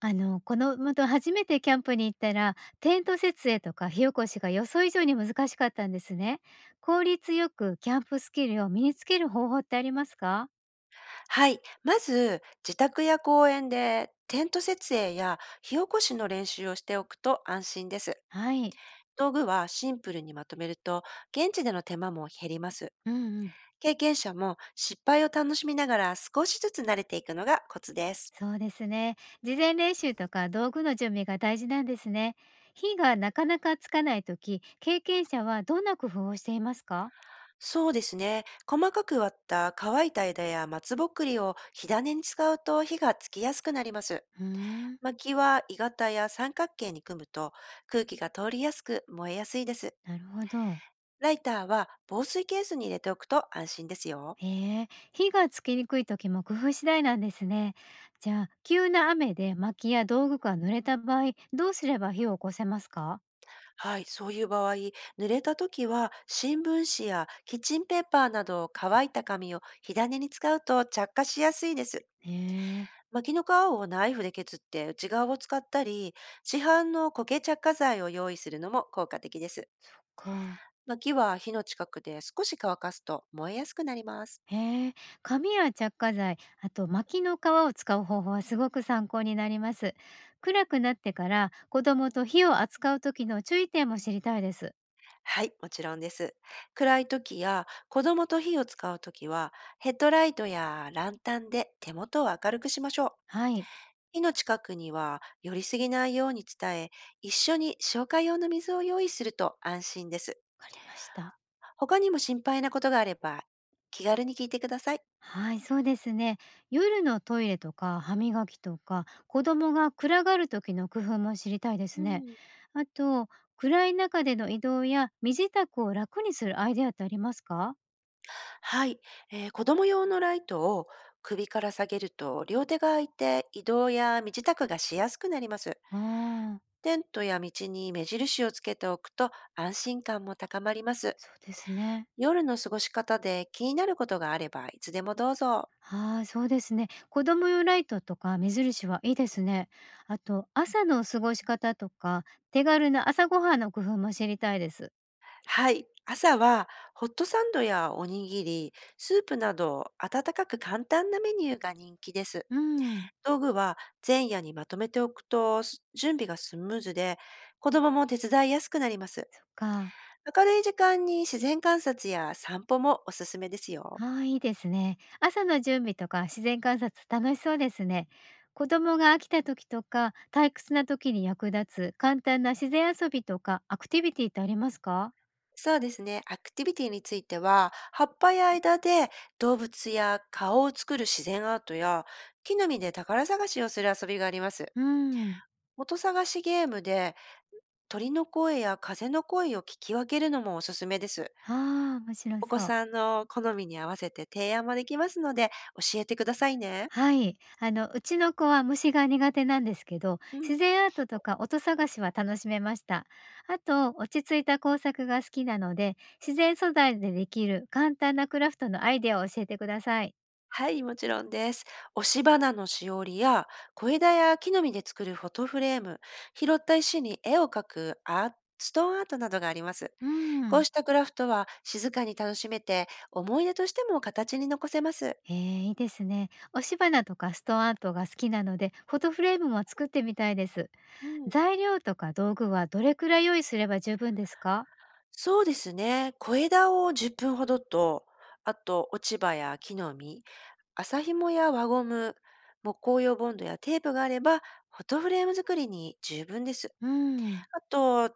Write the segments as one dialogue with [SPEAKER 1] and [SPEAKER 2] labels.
[SPEAKER 1] このまた初めてキャンプに行ったら、テント設営とか火起こしが予想以上に難しかったんですね。効率よくキャンプスキルを身につける方法ってありますか？
[SPEAKER 2] はい。まず、自宅や公園でテント設営や火起こしの練習をしておくと安心です。
[SPEAKER 1] はい。
[SPEAKER 2] 道具はシンプルにまとめると、現地での手間も減ります。
[SPEAKER 1] うんうん。
[SPEAKER 2] 経験者も失敗を楽しみながら少しずつ慣れていくのがコツです。
[SPEAKER 1] そうですね。事前練習とか道具の準備が大事なんですね。火がなかなかつかないとき、経験者はどんな工夫をしていますか？
[SPEAKER 2] そうですね。細かく割った乾いた枝や松ぼっくりを火種に使うと火がつきやすくなります。
[SPEAKER 1] うーん、
[SPEAKER 2] 薪は鋳型や三角形に組むと空気が通りやすく燃えやすいです。
[SPEAKER 1] なるほど。
[SPEAKER 2] ライターは防水ケースに入れておくと安心ですよ。
[SPEAKER 1] へえ、火がつきにくい時も工夫次第なんですね。じゃあ、急な雨で薪や道具が濡れた場合、どうすれば火を起こせますか？
[SPEAKER 2] はい、そういう場合、濡れた時は新聞紙やキッチンペーパーなど乾いた紙を火種に使うと着火しやすいです。
[SPEAKER 1] へえ、
[SPEAKER 2] 薪の皮をナイフで削って内側を使ったり、市販の苔着火剤を用意するのも効果的です。
[SPEAKER 1] そっか。
[SPEAKER 2] 薪は火の近くで少し乾かすと燃えやすくなります。
[SPEAKER 1] へえ、紙や着火剤、あと薪の皮を使う方法はすごく参考になります。暗くなってから子供と火を扱う時の注意点も知りたいです。
[SPEAKER 2] はい、もちろんです。暗い時や子供と火を使う時は、ヘッドライトやランタンで手元を明るくしましょう。
[SPEAKER 1] はい、
[SPEAKER 2] 火の近くには寄りすぎないように伝え、一緒に消火用の水を用意すると安心です。
[SPEAKER 1] わかりました。
[SPEAKER 2] 他にも心配なことがあれば、気軽に聞いてください。
[SPEAKER 1] はい、そうですね。夜のトイレとか歯磨きとか、子供が暗がる時の工夫も知りたいです
[SPEAKER 2] う
[SPEAKER 1] ね。
[SPEAKER 2] ん、
[SPEAKER 1] あと、暗い中での移動や身支度を楽にするアイデアってありますか？
[SPEAKER 2] はい、子供用のライトを首から下げると両手が空いて移動や身支度がしやすくなります。
[SPEAKER 1] ああー、
[SPEAKER 2] テントや道に目印をつけておくと安心感も高まります。
[SPEAKER 1] そうですね。
[SPEAKER 2] 夜の過ごし方で気になることがあればいつでもどうぞ。
[SPEAKER 1] ああ、そうですね。子供用ライトとか目印はいいですね。あと、朝の過ごし方とか、手軽な朝ごはんの工夫も知りたいです。
[SPEAKER 2] はい。朝はホットサンドやおにぎり、スープなど温かく簡単なメニューが人気です。
[SPEAKER 1] うん、
[SPEAKER 2] 道具は前夜にまとめておくとす準備がスムーズで子供も手伝いやすくなります。
[SPEAKER 1] そっか。
[SPEAKER 2] 明るい時間に自然観察や散歩もおすすめですよ。
[SPEAKER 1] ああ、いいですね。朝の準備とか自然観察楽しそうですね。子供が飽きた時とか退屈な時に役立つ簡単な自然遊びとかアクティビティってありますか？
[SPEAKER 2] そうですね。アクティビティについては、葉っぱや間で動物や顔を作る自然アートや、木の実で宝探しをする遊びがあります。
[SPEAKER 1] うん。
[SPEAKER 2] 音探しゲームで鳥の声や風の声を聞き分けるのもおすすめです。
[SPEAKER 1] ああ、面白
[SPEAKER 2] お子
[SPEAKER 1] そう。
[SPEAKER 2] さんの好みに合わせて提案もできますので、教えてくださいね。
[SPEAKER 1] はい。うちの子は虫が苦手なんですけど、
[SPEAKER 2] うん。
[SPEAKER 1] 自然アートとか音探しは楽しめました。あと、落ち着いた工作が好きなので、自然素材でできる簡単なクラフトのアイデアを教えてください。
[SPEAKER 2] はい、もちろんです。押し花のしおりや小枝や木の実で作るフォトフレーム、拾った石に絵を描くアーストーンアートなどがあります。
[SPEAKER 1] う
[SPEAKER 2] こ
[SPEAKER 1] ん。
[SPEAKER 2] うしたクラフトは静かに楽しめて、思い出としても形に残せます。
[SPEAKER 1] えーいいですね。押し花とかストンアートが好きなので、フォトフレームも作ってみたいです。
[SPEAKER 2] うん。
[SPEAKER 1] 材料とか道具はどれくらい用意すれば十分ですか？
[SPEAKER 2] そうですね。小枝を10分ほどと、あと落ち葉や木の実、麻紐や輪ゴム、木工用ボンドやテープがあれば、フォトフレーム作りに十分です。
[SPEAKER 1] うん、
[SPEAKER 2] あと、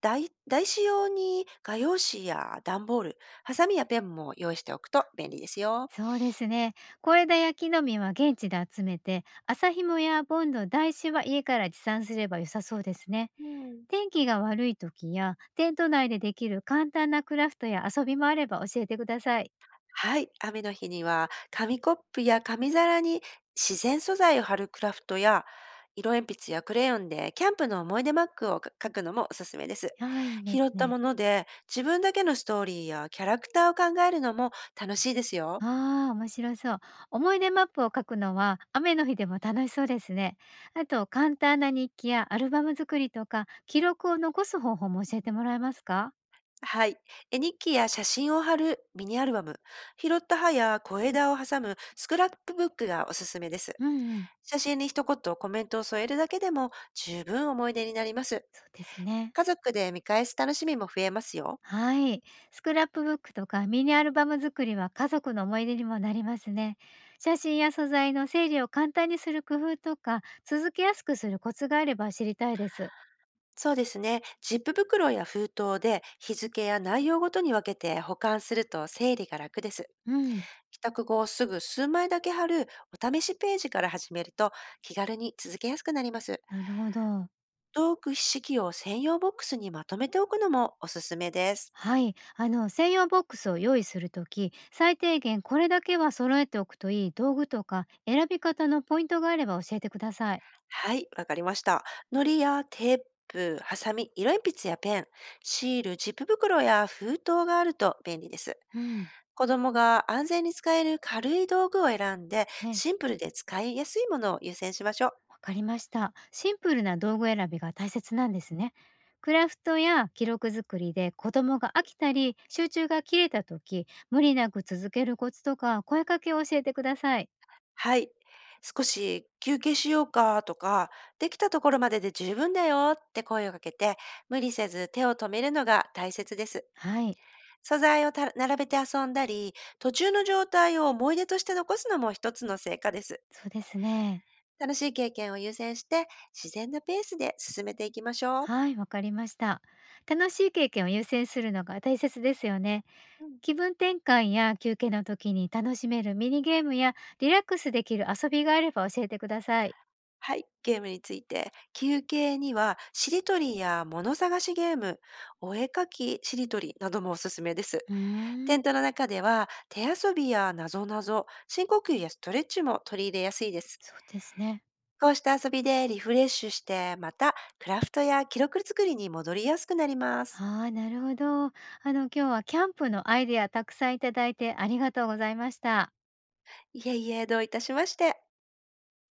[SPEAKER 2] 台紙用に画用紙や段ボール、ハサミやペンも用意しておくと便利ですよ。
[SPEAKER 1] そうですね。小枝や木の実は現地で集めて、麻紐やボンド、台紙は家から持参すれば良さそうですね。
[SPEAKER 2] うん。
[SPEAKER 1] 天気が悪い時や、テント内でできる簡単なクラフトや遊びもあれば教えてください。
[SPEAKER 2] はい、雨の日には紙コップや紙皿に自然素材を貼るクラフトや色鉛筆やクレヨンでキャンプの思い出マックをか書くのもおすすめです。
[SPEAKER 1] はい、いいです
[SPEAKER 2] 拾った
[SPEAKER 1] ね。
[SPEAKER 2] もので自分だけのストーリーやキャラクターを考えるのも楽しいですよ。
[SPEAKER 1] ああ、面白そう。思い出マップを書くのは雨の日でも楽しそうですね。あと、簡単な日記やアルバム作りとか、記録を残す方法も教えてもらえますか？
[SPEAKER 2] はい。絵日記や写真を貼るミニアルバム、拾った葉や小枝を挟むスクラップブックがおすすめです。
[SPEAKER 1] うんうん、
[SPEAKER 2] 写真に一言コメントを添えるだけでも十分思い出になります。
[SPEAKER 1] そうですね。
[SPEAKER 2] 家族で見返す楽しみも増えますよ。
[SPEAKER 1] はい。スクラップブックとかミニアルバム作りは家族の思い出にもなりますね。写真や素材の整理を簡単にする工夫とか、続けやすくするコツがあれば知りたいです。
[SPEAKER 2] そうですね。ジップ袋や封筒で日付や内容ごとに分けて保管すると整理が楽です。
[SPEAKER 1] うん、
[SPEAKER 2] 帰宅後すぐ数枚だけ貼るお試しページから始めると気軽に続けやすくなります。
[SPEAKER 1] なるほど。
[SPEAKER 2] トーク式を専用ボックスにまとめておくのもおすすめです。
[SPEAKER 1] はい、専用ボックスを用意するとき、最低限これだけは揃えておくといい道具とか選び方のポイントがあれば教えてください。
[SPEAKER 2] はい、わかりました。糊やテープ、ハサミ、色鉛筆やペン、シール、ジップ袋や封筒があると便利です。
[SPEAKER 1] うん、
[SPEAKER 2] 子供が安全に使える軽い道具を選んで、
[SPEAKER 1] ね、
[SPEAKER 2] シンプルで使いやすいものを優先しましょう。
[SPEAKER 1] わかりました。シンプルな道具選びが大切なんですね。クラフトや記録作りで子供が飽きたり集中が切れた時無理なく続けるコツとか声かけを教えてください？
[SPEAKER 2] はい。少し休憩しようかとか、できたところまでで十分だよって声をかけて、無理せず手を止めるのが大切です。
[SPEAKER 1] はい、
[SPEAKER 2] 素材を並べて遊んだり、途中の状態を思い出として残すのも一つの成果です。
[SPEAKER 1] そうですね。
[SPEAKER 2] 楽しい経験を優先して、自然なペースで進めていきましょう。
[SPEAKER 1] はい、わかりました。楽しい経験を優先するのが大切ですよね。
[SPEAKER 2] うん、
[SPEAKER 1] 気分転換や休憩の時に楽しめるミニゲームやリラックスできる遊びがあれば教えてください。
[SPEAKER 2] はい、ゲームについて。休憩には、しりとりや物探しゲーム、お絵かきしりとりなどもおすすめです。
[SPEAKER 1] うー
[SPEAKER 2] テ
[SPEAKER 1] ん、
[SPEAKER 2] ントの中では、手遊びやなぞなぞ、深呼吸やストレッチも取り入れやすいです。
[SPEAKER 1] そうですね。
[SPEAKER 2] こうした遊びでリフレッシュして、またクラフトや記録作りに戻りやすくなります。
[SPEAKER 1] ああ、なるほど。今日はキャンプのアイデアたくさんいただいてありがとうございました。
[SPEAKER 2] いえいえ、どういたしまして。